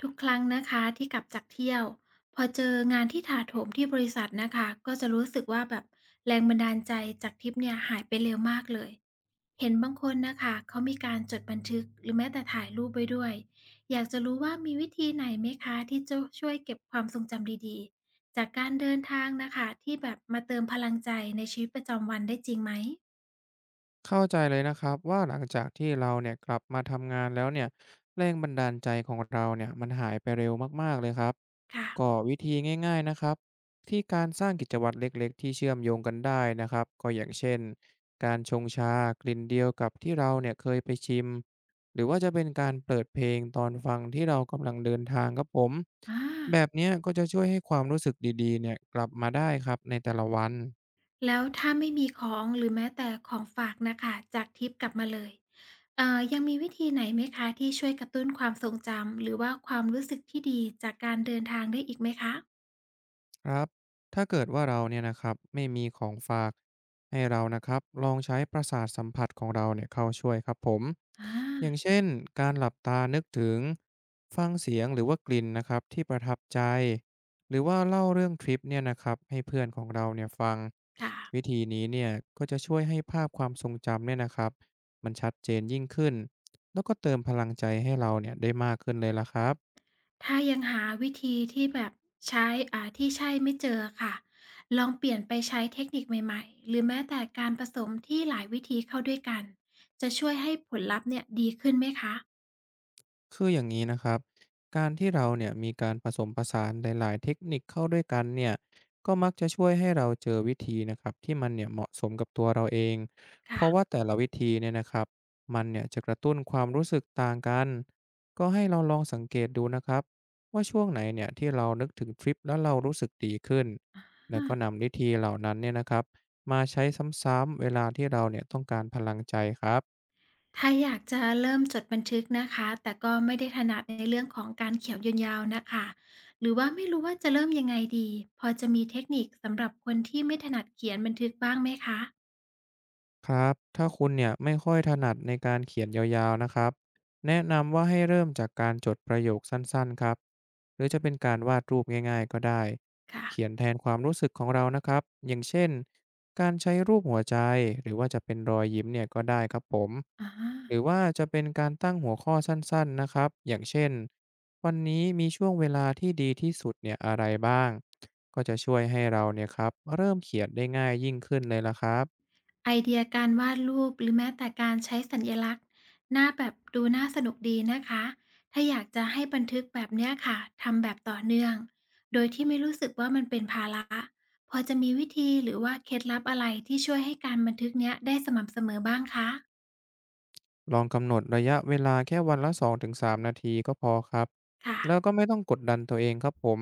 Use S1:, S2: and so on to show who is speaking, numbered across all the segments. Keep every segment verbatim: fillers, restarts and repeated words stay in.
S1: ทุกครั้งนะคะที่กลับจากเที่ยวพอเจองานที่ถาโถมที่บริษัทนะคะก็จะรู้สึกว่าแบบแรงบันดาลใจจากทริปเนี่ยหายไปเร็วมากเลยเห็นบางคนนะคะเขามีการจดบันทึกหรือแม้แต่ถ่ายรูปไว้ด้วยอยากจะรู้ว่ามีวิธีไหนไหมคะที่จะช่วยเก็บความทรงจำดีๆจากการเดินทางนะคะที่แบบมาเติมพลังใจในชีวิตประจำวันได้จริงไหม
S2: เข้าใจเลยนะครับว่าหลังจากที่เราเนี่ยกลับมาทำงานแล้วเนี่ยแรงบันดาลใจของเราเนี่ยมันหายไปเร็วมากๆเลยครับ
S1: ค่ะ
S2: ก็วิธีง่ายๆนะครับที่การสร้างกิจวัตรเล็กๆที่เชื่อมโยงกันได้นะครับก็อย่างเช่นการชงชากลิ่นเดียวกับที่เราเนี่ยเคยไปชิมหรือว่าจะเป็นการเปิดเพลงตอนฟังที่เรากำลังเดินทางครับผม
S1: อ่
S2: แบบ
S1: า
S2: เนี้ยก็จะช่วยให้ความรู้สึกดีๆเนี่ยกลับมาได้ครับในแต่ละวัน
S1: แล้วถ้าไม่มีของหรือแม้แต่ของฝากนะค่ะจากทริปกลับมาเลยเอ่อ ยังมีวิธีไหนไหมคะที่ช่วยกระตุ้นความทรงจำหรือว่าความรู้สึกที่ดีจากการเดินทางได้อีกไหมคะ
S2: ครับถ้าเกิดว่าเราเนี่ยนะครับไม่มีของฝากให้เรานะครับลองใช้ประสาทสัมผัสของเราเนี่ยเข้าช่วยครับผม
S1: อา
S2: อย่างเช่นการหลับตานึกถึงฟังเสียงหรือว่ากลิ่นนะครับที่ประทับใจหรือว่าเล่าเรื่องทริปเนี่ยนะครับให้เพื่อนของเราเนี่ยฟัง
S1: ค่ะ
S2: วิธีนี้เนี่ยก็จะช่วยให้ภาพความทรงจำเนี่ยนะครับมันชัดเจนยิ่งขึ้นแล้วก็เติมพลังใจให้เราเนี่ยได้มากขึ้นเลยละครับ
S1: ถ้ายังหาวิธีที่แบบใช้อ่าที่ใช่ไม่เจออะค่ะลองเปลี่ยนไปใช้เทคนิคใหม่ๆหรือแม้แต่การผสมที่หลายวิธีเข้าด้วยกันจะช่วยให้ผลลัพธ์เนี่ยดีขึ้นไหมคะ
S2: คืออย่างนี้นะครับการที่เราเนี่ยมีการผสมผสานหลายๆเทคนิคเข้าด้วยกันเนี่ยก็มักจะช่วยให้เราเจอวิธีนะครับที่มันเนี่ยเหมาะสมกับตัวเราเองเพราะ
S1: ค่ะ
S2: ว่าแต่ละวิธีเนี่ยนะครับมันเนี่ยจะกระตุ้นความรู้สึกต่างกันก็ให้เราลองสังเกตดูนะครับว่าช่วงไหนเนี่ยที่เรานึกถึงทริปแล้วเรารู้สึกดีขึ้นแล้วก็นำวิธีเหล่านั้นเนี่ยนะครับมาใช้ซ้ำๆเวลาที่เราเนี่ยต้องการพลังใจครับ
S1: ถ้าอยากจะเริ่มจดบันทึกนะคะ แต่ก็ไม่ได้ถนัดในเรื่องของการเขียวยาวๆนะคะ หรือว่าไม่รู้ว่าจะเริ่มยังไงดี พอจะมีเทคนิคสำหรับคนที่ไม่ถนัดเขียนบันทึกบ้างไหมคะ
S2: ครับ ถ้าคุณเนี่ยไม่ค่อยถนัดในการเขียนยาวๆนะครับ แนะนำว่าให้เริ่มจากการจดประโยคสั้นๆครับ หรือจะเป็นการวาดรูปง่ายๆก็ได้
S1: ค่ะ
S2: เขียนแทนความรู้สึกของเรานะครับ อย่างเช่นการใช้รูปหัวใจ หรือว่าจะเป็นรอยยิ้มเนี่ยก็ได้ครับผม
S1: อะฮะ
S2: หรือว่าจะเป็นการตั้งหัวข้อสั้นๆนะครับ อย่างเช่นวันนี้มีช่วงเวลาที่ดีที่สุดเนี่ยอะไรบ้างก็จะช่วยให้เราเนี่ยครับเริ่มเขียนได้ง่ายยิ่งขึ้นเลยละครับ
S1: ไอเดียการวาดรูปหรือแม้แต่การใช้สัญลักษณ์หน้าแบบดูน่าสนุกดีนะคะถ้าอยากจะให้บันทึกแบบเนี้ยค่ะทำแบบต่อเนื่องโดยที่ไม่รู้สึกว่ามันเป็นภาระพอจะมีวิธีหรือว่าเคล็ดลับอะไรที่ช่วยให้การบันทึกเนี้ยได้สม่ำเสมอบ้างคะ
S2: ลองกำหนดระยะเวลาแค่วันละสองถึงสามนาทีก็พอครับ
S1: ค่ะ
S2: แล้วก็ไม่ต้องกดดันตัวเองครับผม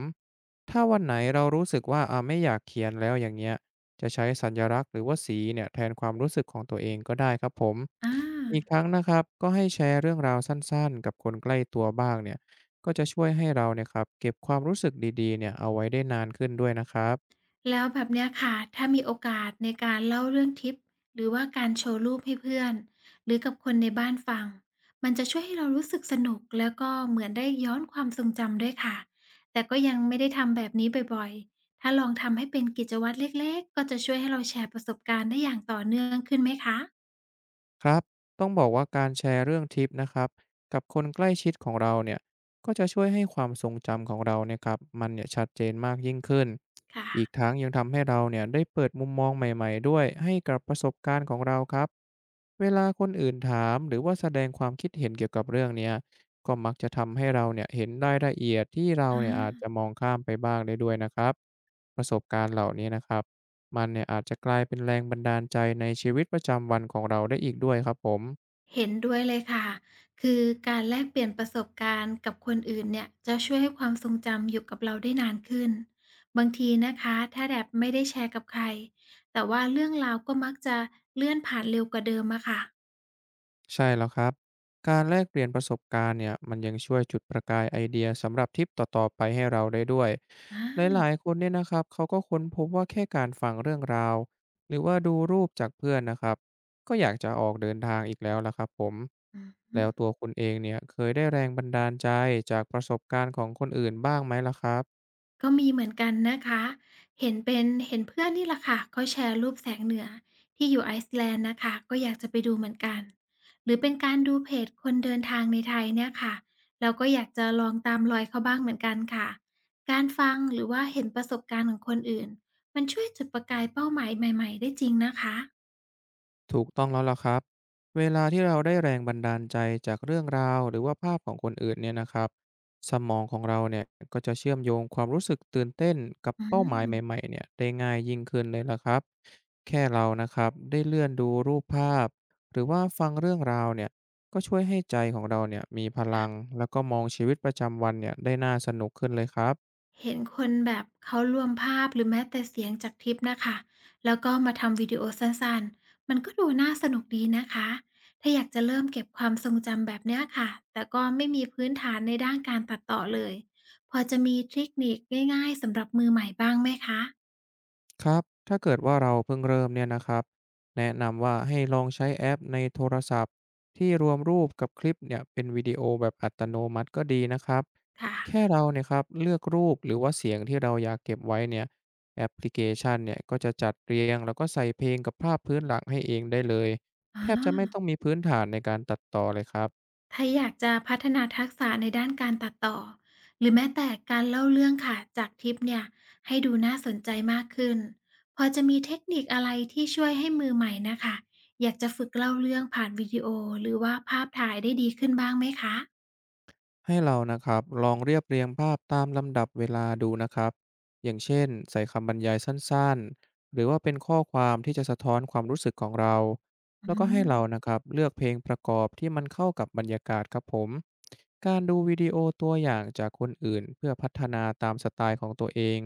S2: ถ้าวันไหนเรารู้สึกว่าอ่าไม่อยากเขียนแล้วอย่างเงี้ยจะใช้สัญลักษณ์หรือว่าสีเนี่ยแทนความรู้สึกของตัวเองก็ได้ครับผม
S1: อา
S2: อีกทั้งนะครับก็ให้แชร์เรื่องราวสั้นๆกับคนใกล้ตัวบ้างเนี่ยก็จะช่วยให้เราเนี่ยครับเก็บความรู้สึกดีๆเนี่ยเอาไว้ได้นานขึ้นด้วยนะครับ
S1: แล้วแบบเนี้ยค่ะถ้ามีโอกาสในการเล่าเรื่องทริปหรือว่าการโชว์รูปให้เพื่อนหรือกับคนในบ้านฟังมันจะช่วยให้เรารู้สึกสนุกแล้วก็เหมือนได้ย้อนความทรงจำด้วยค่ะแต่ก็ยังไม่ได้ทำแบบนี้บ่อยๆถ้าลองทำให้เป็นกิจวัตรเล็กๆก็จะช่วยให้เราแชร์ประสบการณ์ได้อย่างต่อเนื่องขึ้นไหมคะ
S2: ครับต้องบอกว่าการแชร์เรื่องทริปนะครับกับคนใกล้ชิดของเราเนี่ยก็จะช่วยให้ความทรงจำของเราเนี่ยครับมันเนี่ยชัดเจนมากยิ่งขึ้น อีก
S1: ค่ะ
S2: ทั้งยังทำให้เราเนี่ยได้เปิดมุมมองใหม่ๆด้วยให้กับประสบการณ์ของเราครับเวลาคนอื่นถามหรือว่าแสดงความคิดเห็นเกี่ยวกับเรื่องเนี้ยก็มักจะทำให้เราเนี่ยเห็นรายละเอียดที่เรา
S1: อ
S2: เนี่ยอาจ
S1: า
S2: จะมองข้ามไปบ้างได้ด้วยนะครับประสบการณ์เหล่านี้นะครับ มันเนี่ยอาจจะกลายเป็นแรงบันดาลใจในชีวิตประจำวันของเราได้อีกด้วยครับผม
S1: เห็นด้วยเลยค่ะ คือการแลกเปลี่ยนประสบการณ์กับคนอื่นเนี่ยจะช่วยให้ความทรงจำอยู่กับเราได้นานขึ้น บางทีนะคะถ้าแบบไม่ได้แชร์กับใครแต่ว่าเรื่องราวก็มักจะเลื่อนผ่านเร็วกว่าเดิมอะค่ะ
S2: ใช่แล้วครับการแลกเปลี่ยนประสบการณ์เนี่ยมันยังช่วยจุดประกายไอเดียสำหรับทริปต่อๆไปให้เราได้ด้วยห
S1: อา
S2: ลายๆคนเนี่ยนะครับเขาก็ค้นพบว่าแค่การฟังเรื่องราวหรือว่าดูรูปจากเพื่อนนะครับก็อยากจะออกเดินทางอีกแล้วละครับผม
S1: อื
S2: แล้ว
S1: ม
S2: ตัวคุณเองเนี่ยเคยได้แรงบันดาลใจจากประสบการณ์ของคนอื่นบ้างไหมล่ะครับ
S1: ก็มีเหมือนกันนะคะเห็นเป็นเห็นเพื่อนนี่แหละค่ะเขาแชร์รูปแสงเหนือที่อยู่ไอซ์แลนด์นะคะก็อยากจะไปดูเหมือนกันหรือเป็นการดูเพจคนเดินทางในไทยเนี่ยค่ะเราก็อยากจะลองตามรอยเขาบ้างเหมือนกันค่ะการฟังหรือว่าเห็นประสบการณ์ของคนอื่นมันช่วยจุดประกายเป้าหมายใหม่ๆได้จริงนะคะ
S2: ถูกต้องแล้วล่ะครับเวลาที่เราได้แรงบันดาลใจจากเรื่องราวหรือว่าภาพของคนอื่นเนี่ยนะครับสมองของเราเนี่ยก็จะเชื่อมโยงความรู้สึกตื่นเต้นกับ
S1: อื
S2: เป้าหมายใหม่
S1: ม
S2: ๆเนี่ยได้ง่ายยิ่งขึ้นเลยล่ะครับแค่เรานะครับได้เลื่อนดูรูปภาพหรือว่าฟังเรื่องราวเนี่ยก็ช่วยให้ใจของเราเนี่ยมีพลังแล้วก็มองชีวิตประจำวันเนี่ยได้น่าสนุกขึ้นเลยครับ
S1: เห็นคนแบบเขารวมภาพหรือแม้แต่เสียงจากทริปนะคะแล้วก็มาทำวิดีโอสั้นๆมันก็ดูน่าสนุกดีนะคะถ้าอยากจะเริ่มเก็บความทรงจำแบบเนี้ยค่ะแต่ก็ไม่มีพื้นฐานในด้านการตัดต่อเลยพอจะมีเทคนิคง่ายๆสำหรับมือใหม่บ้างไหมคะ
S2: ครับถ้าเกิดว่าเราเพิ่งเริ่มเนี่ยนะครับแนะนำว่าให้ลองใช้แอปในโทรศัพท์ที่รวมรูปกับคลิปเนี่ยเป็นวิดีโอแบบอัตโนมัติก็ดีนะครับ
S1: ค่ะ
S2: แค่เราเนี่ยครับเลือกรูปหรือว่าเสียงที่เราอยากเก็บไว้เนี่ยแอปพลิเคชันเนี่ยก็จะจัดเรียงแล้วก็ใส่เพลงกับภาพพื้นหลังให้เองได้เลย
S1: อ๋
S2: แทบจะไม่
S1: อ
S2: ต้องมีพื้นฐานในการตัดต่อเลยครับ
S1: ถ้าอยากจะพัฒนาทักษะในด้านการตัดต่อหรือแม้แต่การเล่าเรื่องค่ะจากทิปเนี่ยให้ดูน่าสนใจมากขึ้นพอจะมีเทคนิคอะไรที่ช่วยให้มือใหม่นะคะอยากจะฝึกเล่าเรื่องผ่านวิดีโอหรือว่าภาพถ่ายได้ดีขึ้นบ้างไหมคะ
S2: ให้เรานะครับลองเรียบเรียงภาพตามลำดับเวลาดูนะครับอย่างเช่นใส่คำบรรยายสั้นๆหรือว่าเป็นข้อความที่จะสะท้อนความรู้สึกของเรา
S1: อื
S2: แล้วก็ให้เรา
S1: ม
S2: นะครับเลือกเพลงประกอบที่มันเข้ากับบรรยากาศครับผมการดูวิดีโอตัวอย่างจากคนอื่นเพื่อพัฒนาตามสไตล์ของตัวเอง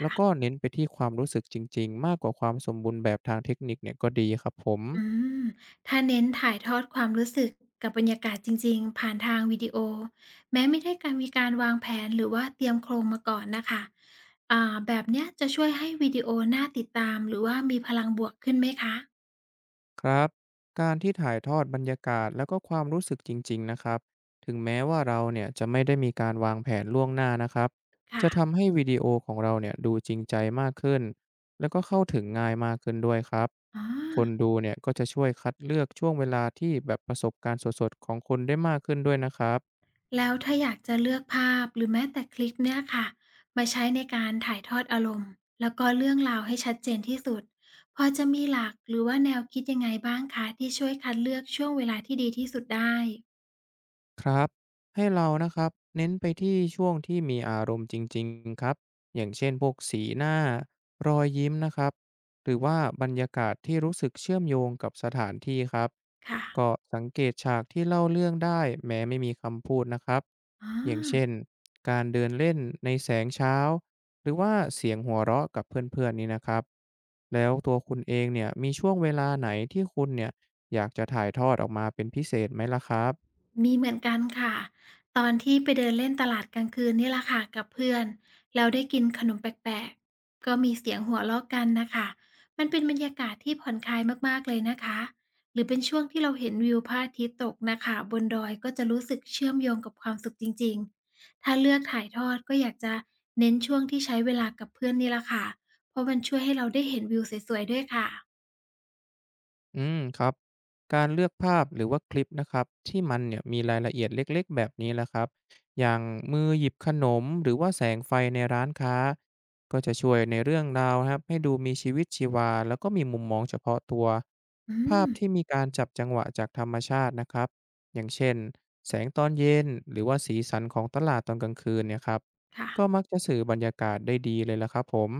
S2: แล้วก็
S1: ่ะ
S2: เน้นไปที่ความรู้สึกจริงๆมากกว่าความสมบูรณ์แบบทางเทคนิคเนี่ยก็ดีครับผม
S1: อืมถ้าเน้นถ่ายทอดความรู้สึกกับบรรยากาศจริงๆผ่านทางวิดีโอแม้ไม่ได้การมีการวางแผนหรือว่าเตรียมโครงมาก่อนนะคะอ่าแบบเนี้ยจะช่วยให้วิดีโอน่าติดตามหรือว่ามีพลังบวกขึ้นไหมคะ
S2: ครับการที่ถ่ายทอดบรรยากาศแล้วก็ความรู้สึกจริงๆนะครับถึงแม้ว่าเราเนี่ยจะไม่ได้มีการวางแผนล่วงหน้านะครับจะ
S1: ค่ะ
S2: ทำให้วิดีโอของเราเนี่ยดูจริงใจมากขึ้นแล้วก็เข้าถึงง่ายมากขึ้นด้วยครับ
S1: อ๋อ
S2: คนดูเนี่ยก็จะช่วยคัดเลือกช่วงเวลาที่แบบประสบการณ์สดๆของคนได้มากขึ้นด้วยนะครับ
S1: แล้วถ้าอยากจะเลือกภาพหรือแม้แต่คลิปเนี่ยค่ะมาใช้ในการถ่ายทอดอารมณ์แล้วก็เรื่องราวให้ชัดเจนที่สุดพอจะมีหลักหรือว่าแนวคิดยังไงบ้างคะที่ช่วยคัดเลือกช่วงเวลาที่ดีที่สุดได้
S2: ครับให้เรานะครับเน้นไปที่ช่วงที่มีอารมณ์จริงๆครับอย่างเช่นพวกสีหน้ารอยยิ้มนะครับหรือว่าบรรยากาศที่รู้สึกเชื่อมโยงกับสถานที่ครับ
S1: ค่ะ
S2: ก็สังเกตฉากที่เล่าเรื่องได้แม้ไม่มีคำพูดนะครับ
S1: อา
S2: อย่างเช่นการเดินเล่นในแสงเช้า หรือว่าเสียงหัวเราะกับเพื่อนๆนี่นะครับแล้วตัวคุณเองเนี่ยมีช่วงเวลาไหนที่คุณเนี่ยอยากจะถ่ายทอดออกมาเป็นพิเศษไหมล่ะครับ
S1: มีเหมือนกันค่ะตอนที่ไปเดินเล่นตลาดกลางคืนนี่แหละค่ะกับเพื่อนแล้วได้กินขนมแปลกๆก็มีเสียงหัวเราะกันน่ะค่ะมันเป็นบรรยากาศที่ผ่อนคลายมากๆเลยนะคะหรือเป็นช่วงที่เราเห็นวิวพระอาทิตย์ตกน่ะค่ะบนดอยก็จะรู้สึกเชื่อมโยงกับความสุขจริงๆถ้าเลือกถ่ายทอดก็อยากจะเน้นช่วงที่ใช้เวลากับเพื่อนนี่แหละค่ะเพราะมันช่วยให้เราได้เห็นวิวสวยๆด้วยค่ะ
S2: อืมครับการเลือกภาพหรือว่าคลิปนะครับที่มันเนี่ยมีรายละเอียดเล็กๆแบบนี้แหละครับอย่างมือหยิบขนมหรือว่าแสงไฟในร้านค้าก็จะช่วยในเรื่องราวนะครับให้ดูมีชีวิตชีวาแล้วก็มีมุมมองเฉพาะตัว
S1: อื
S2: ภาพที่
S1: ม
S2: มีการจับจังหวะจากธรรมชาตินะครับอย่างเช่นแสงตอนเย็นหรือว่าสีสันของตลาดตอนกลางคืนเนี่ยครับ
S1: ค่ะ
S2: ก็มักจะสื่อบรรยากาศได้ดีเลยล่ะครับผม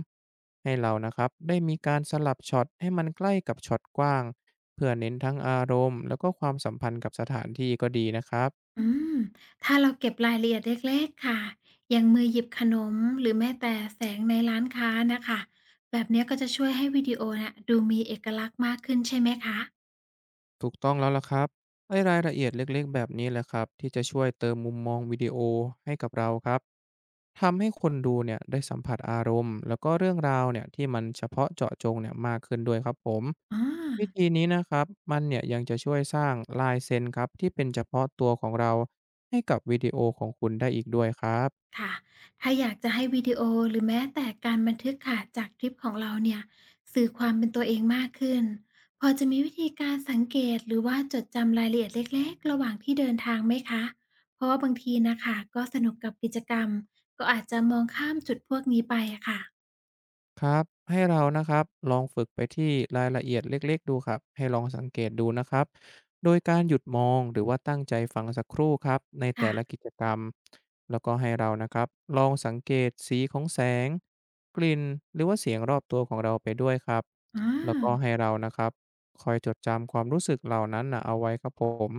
S2: ให้เรานะครับได้มีการสลับช็อตให้มันใกล้กับช็อตกว้างเพื่อเน้นทั้งอารมณ์แล้วก็ความสัมพันธ์กับสถานที่ก็ดีนะครับ
S1: อืมถ้าเราเก็บรายละเอียดเล็กๆค่ะอย่างมือหยิบขนมหรือแม้แต่แสงในร้านค้านะคะแบบเนี้ยก็จะช่วยให้วิดีโอน่ะดูมีเอกลักษณ์มากขึ้นใช่ไหมคะ
S2: ถูกต้องแล้วล่ะครับไอ้รายละเอียดเล็กๆแบบนี้แหละครับที่จะช่วยเติมมุมมองวิดีโอให้กับเราครับทำให้คนดูเนี่ยได้สัมผัสอารมณ์แล้วก็เรื่องราวเนี่ยที่มันเฉพาะเจาะจงเนี่ยมากขึ้นด้วยครับผม
S1: อา
S2: วิธีนี้นะครับมันเนี่ยยังจะช่วยสร้างลายเซ็นครับที่เป็นเฉพาะตัวของเราให้กับวิดีโอของคุณได้อีกด้วยครับ
S1: ค่ะถ้าอยากจะให้วิดีโอหรือแม้แต่การบันทึกค่ะจากทริปของเราเนี่ยสื่อความเป็นตัวเองมากขึ้นพอจะมีวิธีการสังเกตหรือว่าจดจำรายละเอียดเล็กๆระหว่างที่เดินทางไหมคะเพราะว่าบางทีนะคะก็สนุกกับกิจกรรมก็อาจจะมองข้ามจุดพวกนี้ไปอะค่ะ
S2: ครับให้เรานะครับลองฝึกไปที่รายละเอียดเล็กๆดูครับให้ลองสังเกตดูนะครับโดยการหยุดมองหรือว่าตั้งใจฟังสักครู่ครับในแต่ละ
S1: ค่ะ
S2: กิจกรรมแล้วก็ให้เรานะครับลองสังเกตสีของแสงกลิ่นหรือว่าเสียงรอบตัวของเราไปด้วยครับ
S1: อา
S2: แล้วก็ให้เรานะครับคอยจดจำความรู้สึกเหล่านั้นนะเอาไว้ครับผม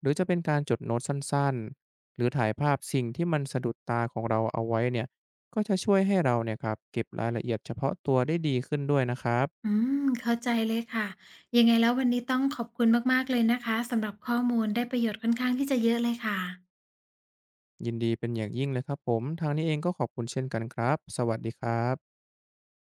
S2: หรือจะเป็นการจดโน้ตสั้นๆหรือถ่ายภาพสิ่งที่มันสะดุดตาของเราเอาไว้เนี่ย ก็จะช่วยให้เราเนี่ยครับเก็บรายละเอียดเฉพาะตัวได้ดีขึ้นด้วยนะครับ
S1: อืม เข้าใจเลยค่ะ ยังไงแล้ววันนี้ต้องขอบคุณมากๆเลยนะคะสำหรับข้อมูลได้ประโยชน์ค่อนข้างที่จะเยอะเลยค่ะ
S2: ยินดีเป็นอย่างยิ่งเลยครับผมทางนี้เองก็ขอบคุณเช่นกันครับสวัสดีครับ